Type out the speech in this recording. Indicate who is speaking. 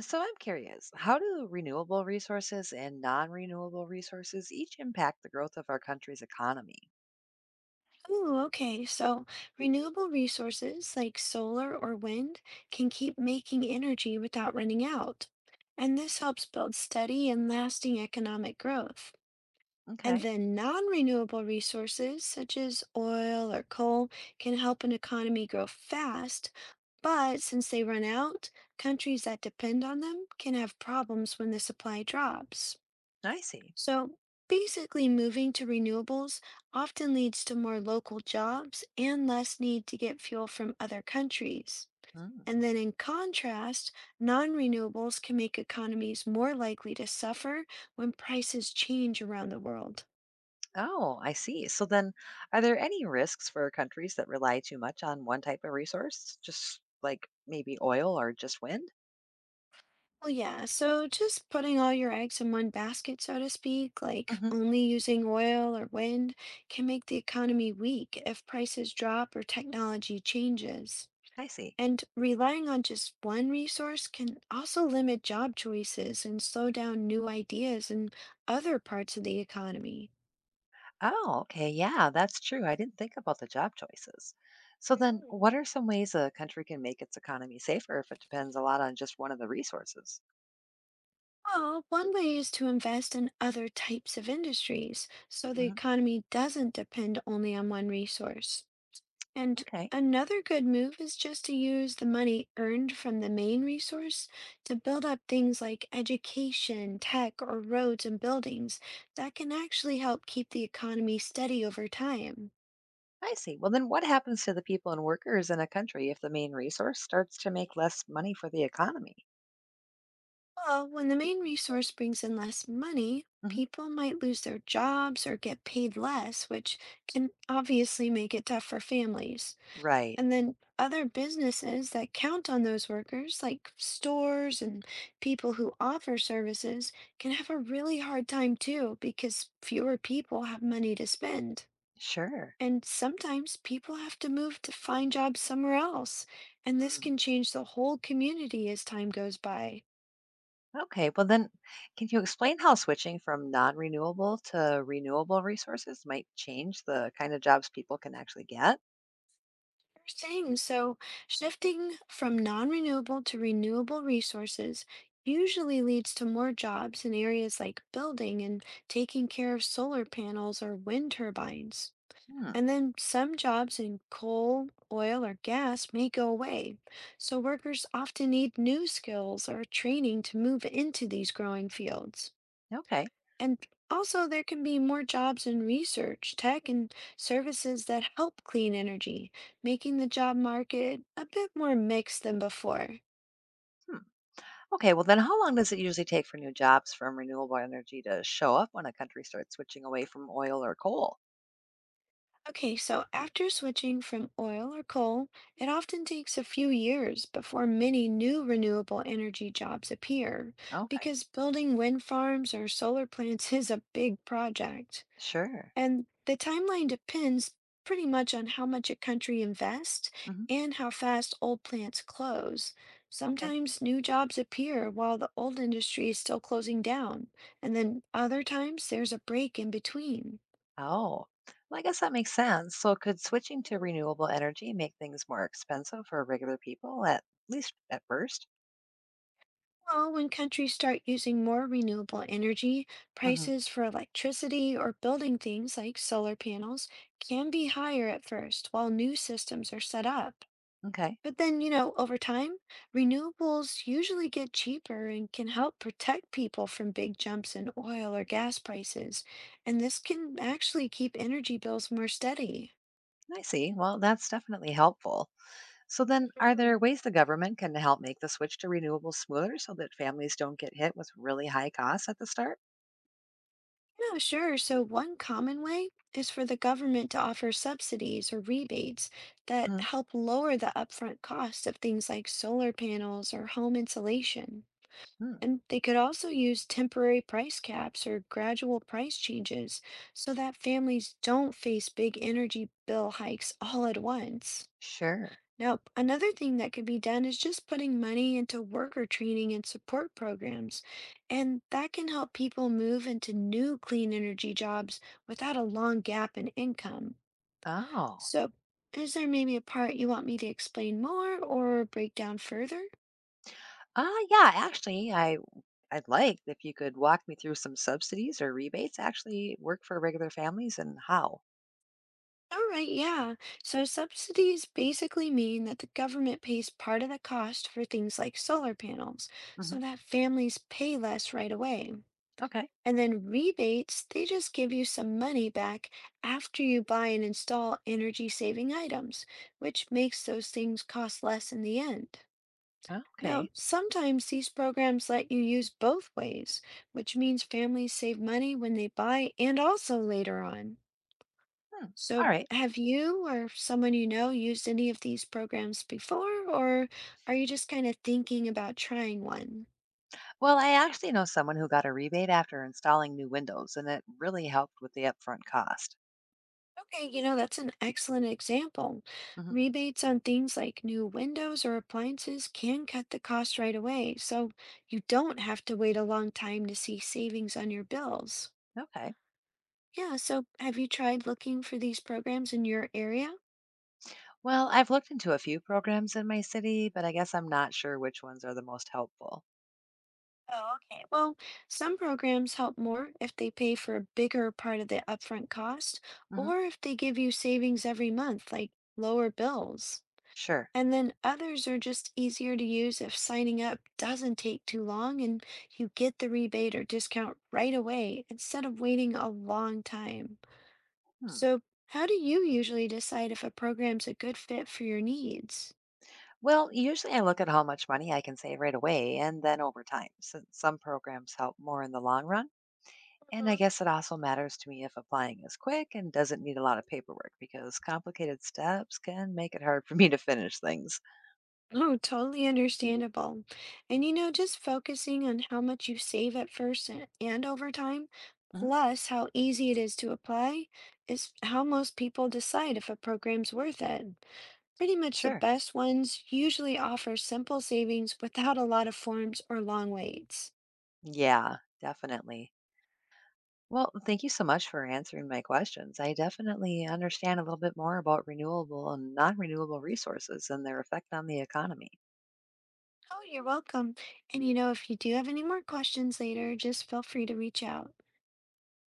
Speaker 1: So I'm curious, how do renewable resources and non-renewable resources each impact the growth of our country's economy?
Speaker 2: Ooh, okay. So renewable resources like solar or wind can keep making energy without running out. And this helps build steady and lasting economic growth. And
Speaker 1: Okay.
Speaker 2: then non-renewable resources such as oil or coal can help an economy grow fast. But since they run out, countries that depend on them can have problems when the supply drops.
Speaker 1: I see.
Speaker 2: So basically, moving to renewables often leads to more local jobs and less need to get fuel from other countries.
Speaker 1: Mm.
Speaker 2: And then, in contrast, non renewables can make economies more likely to suffer when prices change around the world.
Speaker 1: Oh, I see. So then, are there any risks for countries that rely too much on one type of resource, just like maybe oil or just wind?
Speaker 2: Well, yeah, so just putting all your eggs in one basket, so to speak, like
Speaker 1: Hmm.
Speaker 2: only using oil or wind, can make the economy weak if prices drop or technology changes.
Speaker 1: I see.
Speaker 2: And relying on just one resource can also limit job choices and slow down new ideas in other parts of the economy.
Speaker 1: Oh, okay. Yeah, that's true. I didn't think about the job choices. So then,
Speaker 2: Mm.
Speaker 1: what are some ways a country can make its economy safer if it depends a lot on just one of the resources?
Speaker 2: Well, one way is to invest in other types of industries so the
Speaker 1: Hmm.
Speaker 2: economy doesn't depend only on one resource. And
Speaker 1: Okay.
Speaker 2: another good move is just to use the money earned from the main resource to build up things like education, tech, or roads and buildings that can actually help keep the economy steady over time.
Speaker 1: I see. Well, then what happens to the people and workers in a country if the main resource starts to make less money for the economy?
Speaker 2: Well, when the main resource brings in less money,
Speaker 1: Mhm.
Speaker 2: people might lose their jobs or get paid less, which can obviously make it tough for families.
Speaker 1: Right.
Speaker 2: And then other businesses that count on those workers, like stores and people who offer services, can have a really hard time too because fewer people have money to spend.
Speaker 1: Sure.
Speaker 2: And sometimes people have to move to find jobs somewhere else. And this
Speaker 1: Mm.
Speaker 2: can change the whole community as time goes by.
Speaker 1: Okay. Well, then can you explain how switching from non renewable to renewable resources might change the kind of jobs people can actually get?
Speaker 2: Sure thing. So, shifting from non-renewable to renewable resources usually leads to more jobs in areas like building and taking care of solar panels or wind turbines.
Speaker 1: Hmm.
Speaker 2: And then some jobs in coal, oil, or gas may go away. So, workers often need new skills or training to move into these growing fields.
Speaker 1: Okay.
Speaker 2: And also, there can be more jobs in research, tech, and services that help clean energy, making the job market a bit more mixed than before.
Speaker 1: Hmm. Okay. Well, then how long does it usually take for new jobs from renewable energy to show up when a country starts switching away from oil or coal?
Speaker 2: Okay, so after switching from oil or coal, it often takes a few years before many new renewable energy jobs appear,
Speaker 1: Okay.
Speaker 2: because building wind farms or solar plants is a big project.
Speaker 1: Sure.
Speaker 2: And the timeline depends pretty much on how much a country invests
Speaker 1: Hmm.
Speaker 2: and how fast old plants close.
Speaker 1: Okay.
Speaker 2: Sometimes new jobs appear while the old industry is still closing down, and then other times there's a break in between.
Speaker 1: Oh, well, I guess that makes sense. So, could switching to
Speaker 2: Hmm.
Speaker 1: renewable energy make things more expensive for regular people, at least at 1st?
Speaker 2: Well, when countries start using more renewable energy,
Speaker 1: Hmm.
Speaker 2: prices for electricity or building things like solar panels can be higher at first while new systems are set up.
Speaker 1: Okay,
Speaker 2: But then, over time, renewables usually get cheaper and can help protect people from big jumps in oil or gas prices. And this can actually keep energy bills more steady.
Speaker 1: I see. Well, that's definitely helpful. So, then are
Speaker 2: Mhm.
Speaker 1: there ways the government can help make the switch to renewables smoother so that families don't get hit with really high costs at the start?
Speaker 2: Yeah, sure. So, one common way is for the government to offer subsidies or rebates that
Speaker 1: Hmm.
Speaker 2: help lower the upfront cost of things like solar panels or home insulation. And they could also use temporary price caps or gradual price changes so that families don't face big energy bill hikes all at once.
Speaker 1: Sure.
Speaker 2: Now, another thing that could be done is just putting money into worker training and support programs. And that can help people move into new clean energy jobs without a long gap in income.
Speaker 1: Oh.
Speaker 2: So, is there maybe a part you want me to explain more or break down further?
Speaker 1: Uh, yeah, actually, I'd like if you could walk me through some subsidies or rebates actually work for regular families and how.
Speaker 2: All right, yeah. So subsidies basically mean that the government pays part of the cost for things like solar panels
Speaker 1: Hmm.
Speaker 2: so that families pay less right away.
Speaker 1: Okay.
Speaker 2: And then rebates, they just give you some money back after you buy and install energy saving items, which makes those things cost less in the end. Now,
Speaker 1: Okay.
Speaker 2: sometimes these programs let you use both ways, which means families save money when they buy and also later on.
Speaker 1: Hmm. All
Speaker 2: So,
Speaker 1: right.
Speaker 2: have you or someone you know used any of these programs before, or are you just kind of thinking about trying one?
Speaker 1: Well, I actually know someone who got a rebate after installing new windows, and it really helped with the upfront cost.
Speaker 2: Okay, that's an excellent example.
Speaker 1: Mhm.
Speaker 2: Rebates on things like new windows or appliances can cut the cost right away, so you don't have to wait a long time to see savings on your bills.
Speaker 1: Okay.
Speaker 2: Yeah, so have you tried looking for these programs in your area?
Speaker 1: Well, I've looked into a few programs in my city, but I guess I'm not sure which ones are the most helpful.
Speaker 2: Oh, okay. Well, some programs help more if they pay for a bigger part of the upfront cost
Speaker 1: Mhm.
Speaker 2: or if they give you savings every month, like lower bills.
Speaker 1: Sure.
Speaker 2: And then others are just easier to use if signing up doesn't take too long and you get the rebate or discount right away instead of waiting a long time.
Speaker 1: Hmm.
Speaker 2: So, how do you usually decide if a program's a good fit for your needs?
Speaker 1: Well, usually I look at how much money I can save right away and then over time, since some programs help more in the long run. And I guess it also matters to me if applying is quick and doesn't need a lot of paperwork because complicated steps can make it hard for me to finish things.
Speaker 2: Oh, totally understandable. And just focusing on how much you save at first and over time,
Speaker 1: Mhm.
Speaker 2: plus how easy it is to apply, is how most people decide if a program's worth it. Pretty much the
Speaker 1: Sure.
Speaker 2: best ones usually offer simple savings without a lot of forms or long waits.
Speaker 1: Yeah, definitely. Well, thank you so much for answering my questions. I definitely understand a little bit more about renewable and non renewable resources and their effect on the economy.
Speaker 2: Oh, you're welcome. And if you do have any more questions later, just feel free to reach out.